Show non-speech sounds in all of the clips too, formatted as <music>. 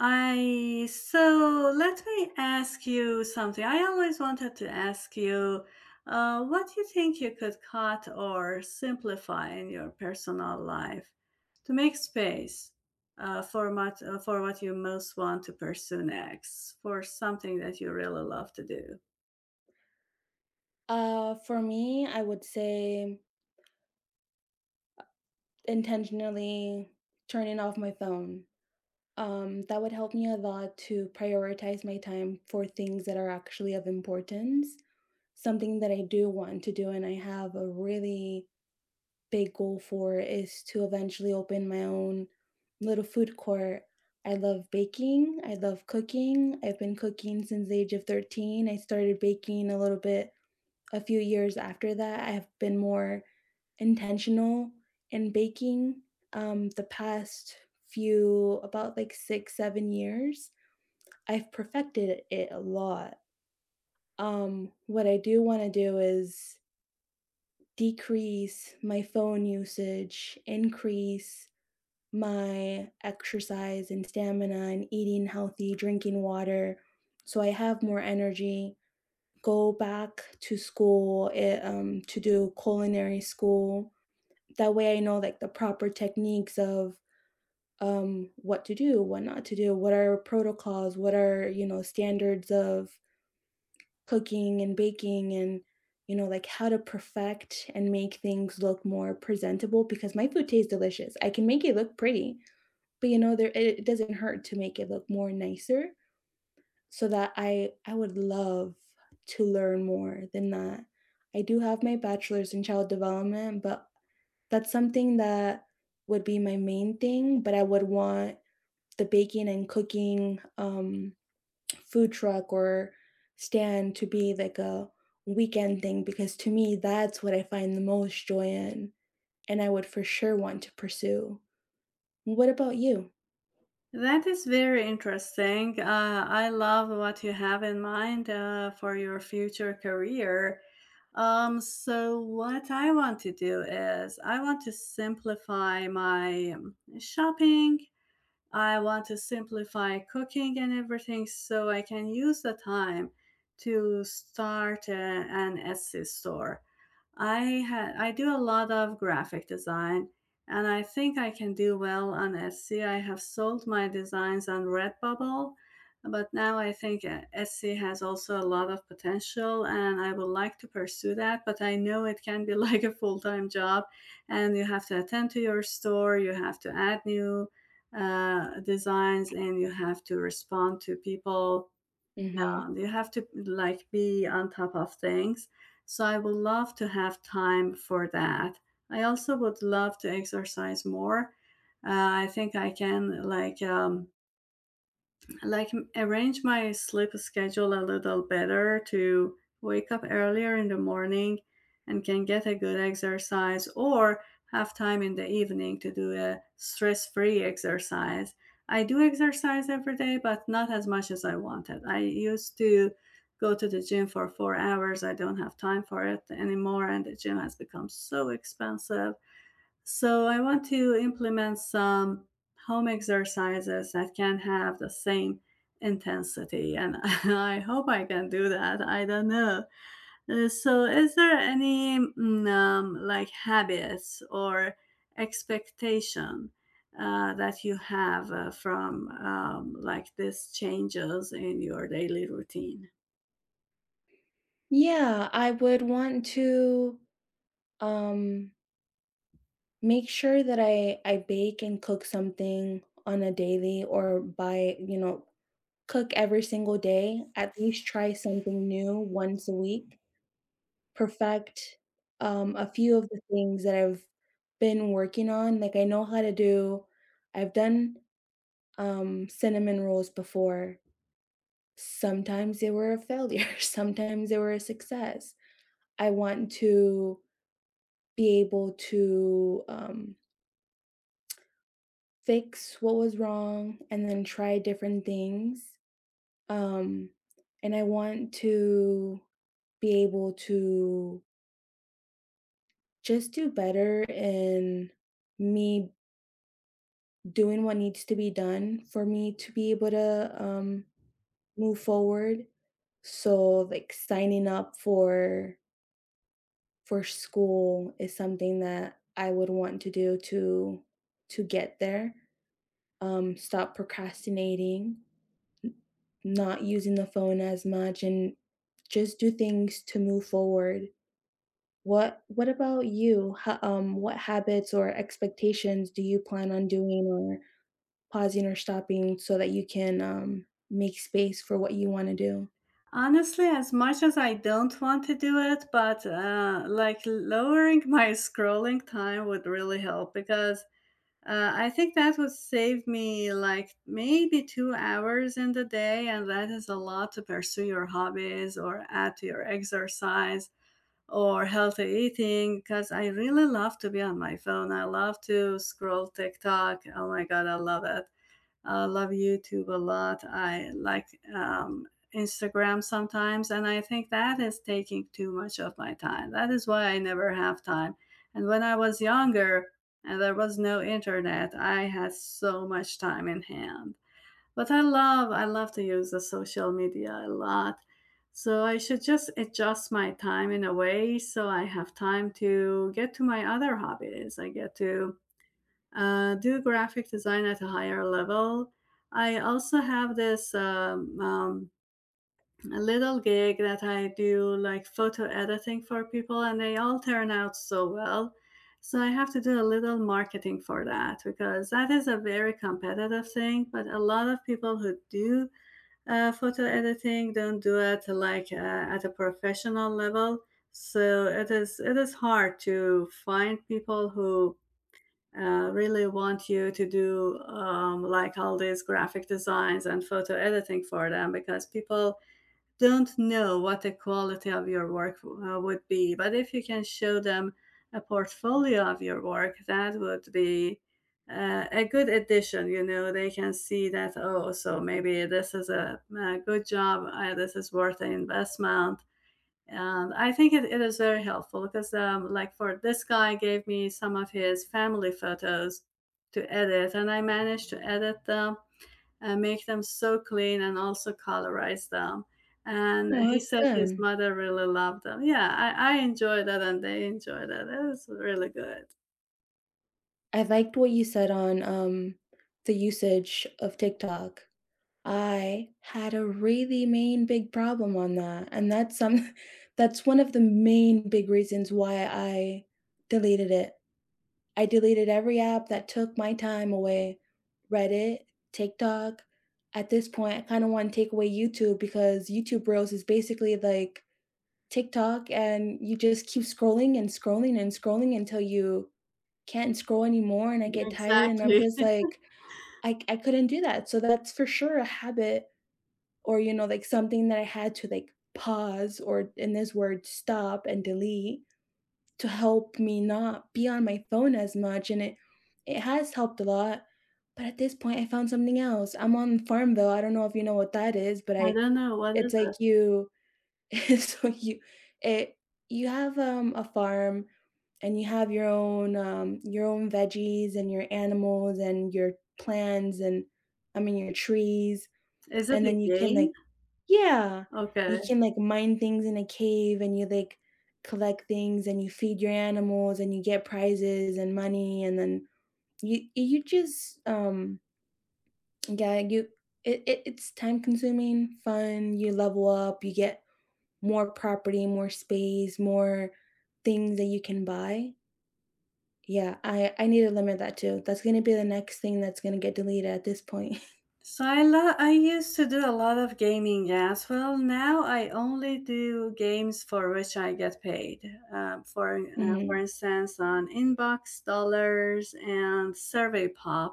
I so let me ask you something. I always wanted to ask you, what do you think you could cut or simplify in your personal life to make space for what you most want to pursue next, for something that you really love to do? For me, I would say intentionally turning off my phone. That would help me a lot to prioritize my time for things that are actually of importance. Something that I do want to do and I have a really big goal for is to eventually open my own little food court. I love baking. I love cooking. I've been cooking since the age of 13. I started baking a little bit a few years after that. I have been more intentional in baking. The past few, about like six, 7 years, I've perfected it a lot. What I do wanna do is decrease my phone usage, increase my exercise and stamina and eating healthy, drinking water, so I have more energy go back to school to do culinary school. That way I know like the proper techniques of what to do, what not to do, what are protocols, what are, standards of cooking and baking, and like how to perfect and make things look more presentable because my food tastes delicious. I can make it look pretty, but there it doesn't hurt to make it look more nicer, so that I would love to learn more than that. I do have my bachelor's in child development, but that's something that would be my main thing. But I would want the baking and cooking food truck or stand to be like a weekend thing, because to me that's what I find the most joy in, and I would for sure want to pursue. What about you? That is very interesting. I love what you have in mind for your future career. So what I want to do is, I want to simplify my shopping. I want to simplify cooking and everything so I can use the time to start an Etsy store. I I do a lot of graphic design, and I think I can do well on Etsy. I have sold my designs on Redbubble, but now I think Etsy has also a lot of potential and I would like to pursue that, but I know it can be <laughs> like a full-time job, and you have to attend to your store, you have to add new designs, and you have to respond to people. Mhm. You have to like be on top of things. So I would love to have time for that. I also would love to exercise more. I think I can like arrange my sleep schedule a little better to wake up earlier in the morning and can get a good exercise, or have time in the evening to do a stress free exercise. I do exercise every day, but not as much as I wanted. I used to go to the gym for 4 hours. I don't have time for it anymore, and the gym has become so expensive, so I want to implement some home exercises that can have the same intensity, and <laughs> I hope I can do that. I don't know. So, is there any like habits or expectation that you have from like these changes in your daily routine? Yeah, I would want to um make sure that I bake and cook something on a daily or cook every single day, at least try something new once a week, perfect, a few of the things that I've been working on. Like, I know how to do I've done, cinnamon rolls before. Sometimes they were a failure, <laughs> sometimes they were a success. I want to be able to, fix what was wrong and then try different things, um, and I want to be able to just do better in me doing what needs to be done for me to be able to, move forward. So, like, signing up for school is something that I would want to do to get there, stop procrastinating, not using the phone as much, and just do things to move forward. What about you? What habits or expectations do you plan on doing or pausing or stopping so that you can make space for what you want to do? Honestly, as much as I don't want to do it, but like lowering my <laughs> scrolling time would really help because I think that would save me like maybe 2 hours in the day, and that is a lot to pursue your hobbies or add to your exercise or healthy eating, because I really love to be on my phone. I love to scroll TikTok. Oh my God, I love it. I love YouTube a lot. I like Instagram sometimes, and I think that is taking too much of my time. That is why I never have time. And when I was younger and there was no internet, I had so much time in hand. But I love to use the social media a lot. So I should just adjust my time in a way so I have time to get to my other hobbies. I get to do graphic design at a higher level. I also have this a little gig that I do, like photo editing for people, and they all turn out so well. So I have to do a little marketing for that because that is a very competitive thing. But a lot of people who do photo editing don't do it like at a professional level. So it is hard to find people who really want you to do like all these graphic designs and photo editing for them, because people don't know what the quality of your work would be. But if you can show them a portfolio of your work, that would be a good addition. You know, they can see that, oh, so maybe this is a good job, this is worth the investment. And I think it is very helpful because like for this guy gave me some of his family photos to edit, and I managed to edit them and make them so clean and also colorize them, and Oh, he that's said his good. mother really loved them. Yeah, i, enjoyed that and they enjoyed it. It was really good. I liked what you said on the usage of TikTok. I had a really main big problem on that, and that's some <laughs> that's one of the main big reasons why I deleted it. I deleted every app that took my time away. Reddit, TikTok. At this point, I kinda wanna take away YouTube because YouTube Reels is basically like TikTok, and you just keep scrolling and scrolling and scrolling until you can't scroll anymore, and I get tired and I'm Exactly. just like, I couldn't do that. So that's for sure a habit, or like something that I had to like pause or, in this word, stop and delete to help me not be on my phone as much. And it has helped a lot. But at this point, I found something else. I'm on Farmville. I don't know if you know what that is, but <laughs> I I don't know what is it's like you <laughs> so you it you have a farm, and you have your own veggies and your animals and your plants and, I mean, your trees, it. Is it and then a you can game? like yeah. You Okay. can, like, mine things in a cave, and you, like, collect things, and you feed your animals, and you get prizes and money, and then you just, yeah, you it's time-consuming, fun, you level up, you get more property, more space, more things that you can buy. Yeah, I need to limit that too. That's gonna be the next thing that's gonna get deleted at this point. <laughs> I used to do a lot of gaming as well. Now I only do games for which I get paid. For Mhm. instance, on Inbox Dollars and SurveyPop.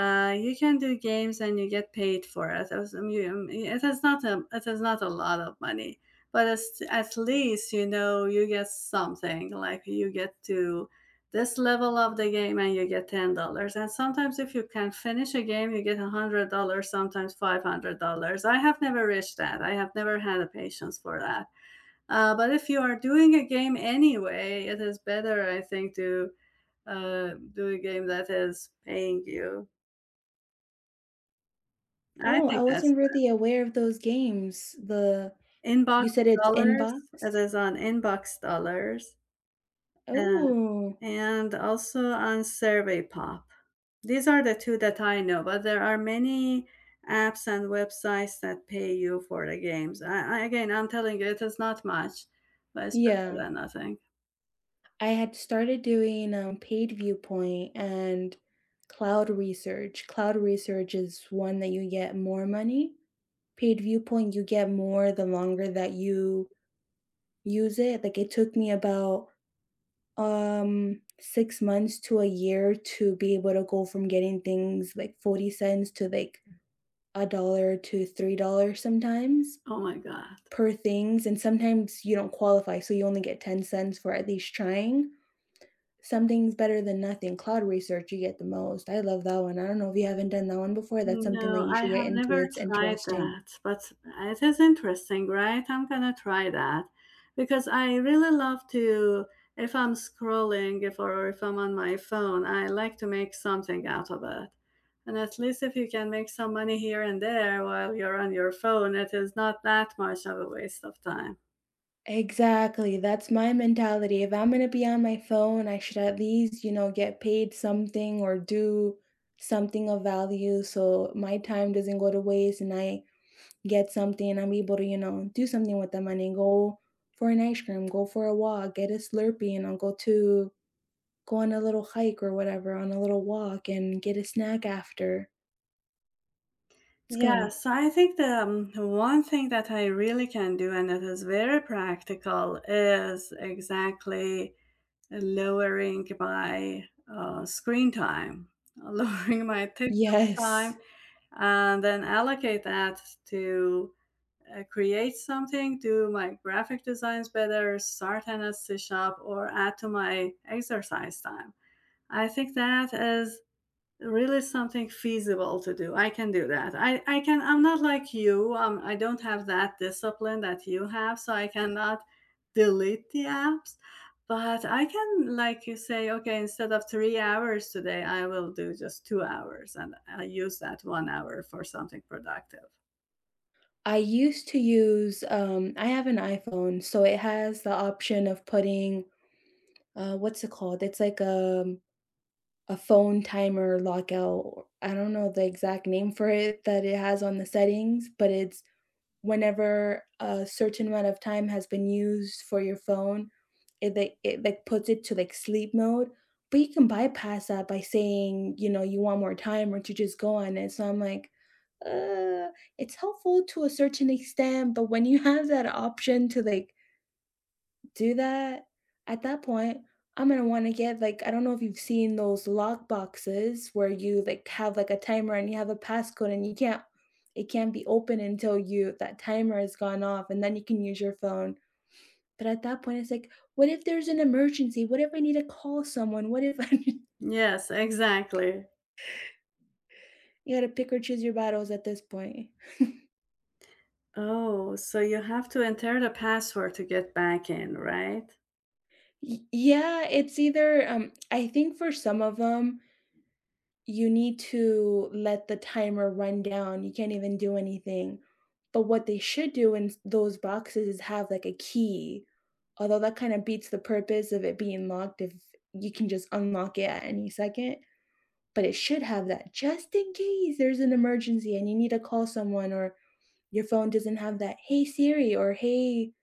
You can do games and you get paid for it. It is not a lot of money, but it's, at least you know you get something. Like you get to this level of the game and you get $10. And sometimes if you can finish a game, you get $100. Sometimes $500. I have never reached that. I have never had the patience for that. But if you are doing a game anyway, it is better, I think, to do a game that is paying you. I Oh, I think that's wasn't really aware of those games. The inbox You said it's inbox? dollars. It is on inbox dollars, uh, Oh, and also on SurveyPop. These are the 2 that I know, but there are many apps and websites that pay you for the games. I again, I'm telling you, it is not much, but it's yeah. better than nothing. I had started doing, Paid Viewpoint and Cloud Research. Cloud Research is one that you get more money. Paid Viewpoint, you get more the longer that you use it. Like, it took me about, 6 months to a year to be able to go from getting things like $0.40 to, like, a dollar to $3 sometimes Oh my god. per things. And sometimes you don't qualify, so you only get 10¢ for at least trying. Something's better than nothing. Cloud Research, you get the most. I love that one. I don't know if you haven't done that one before. That's something that No, you I should get have into. never It's tried interesting. that, but it is interesting, right? I'm gonna try that because I really love to, if I'm scrolling, if or if I'm on my phone, I like to make something out of it. And at least if you can make some money here and there while you're on your phone, it is not that much of a waste of time. Exactly. That's my mentality. If I'm going to be on my phone, I should at least, you know, get paid something or do something of value so my time doesn't go to waste and I get something. I'm able to, you know, do something with the money. Go for an ice cream, go for a walk, get a Slurpee, and I'll go to go on a little hike or whatever, on a little walk and get a snack after. It's Yeah, good. so I think the one thing that I really can do, and it is very practical, is exactly lowering my screen time, <laughs> lowering my TikTok Yes. time, and then allocate that to create something, do my graphic designs better, start an Etsy shop, or add to my exercise time. I think that is really something feasible to do. I can do that. I'm not like you. I don't have that discipline that you have, so I cannot delete the apps. But I can, like you say, okay, instead of 3 hours today, I will do just 2 hours and I use that 1 hour for something productive. I used to use I have an iPhone, so it has the option of putting what's it called? It's like a phone timer lockout. I don't know the exact name for it that it has on the settings, but it's whenever a certain amount of time has been used for your phone, it like puts it to like sleep mode. But you can bypass that by saying, you know, you want more time or to just go on it. So I'm like, uh, it's helpful to a certain extent, but when you have that option to like do that, at that point, I'm gonna wanna get, like, I don't know if you've seen those lock boxes where you, like, have, like, a timer and you have a passcode and you can't it can't be open until you that timer has gone off, and then you can use your phone. But at that point, it's like, "What if there's an emergency? What if I need to call someone? What if <laughs> I Yes, exactly. You gotta pick or choose your battles at this point. Oh, so you have to enter the password to get back in, right? Y yeah, it's either, I think for some of them, you need to let the timer run down. You can't even do anything. But what they should do in those boxes is have like a key. Although that kind of beats the purpose of it being locked if you can just unlock it at any second. But it should have that just in case there's an emergency and you need to call someone or your phone doesn't have that hey Siri or hey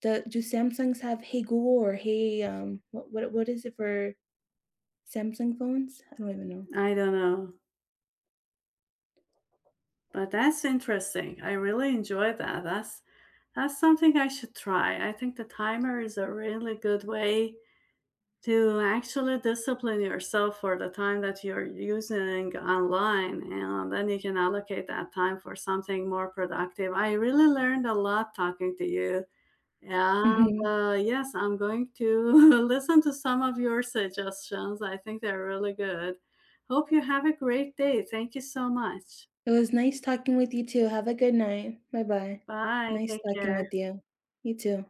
the do Samsungs have hey Google or hey what is it for Samsung phones? I don't even know. I don't know. But that's interesting. I really enjoy that. That's something I should try. I think the timer is a really good way to actually discipline yourself for the time that you're using online, and then you can allocate that time for something more productive. I really learned a lot talking to you. And, Mhm. Yes, I'm going to <laughs> listen to some of your suggestions. I think they're really good. Hope you have a great day. Thank you so much. It was nice talking with you too. Have a good night. Bye-bye. Bye. Nice Take talking with care. you. You too.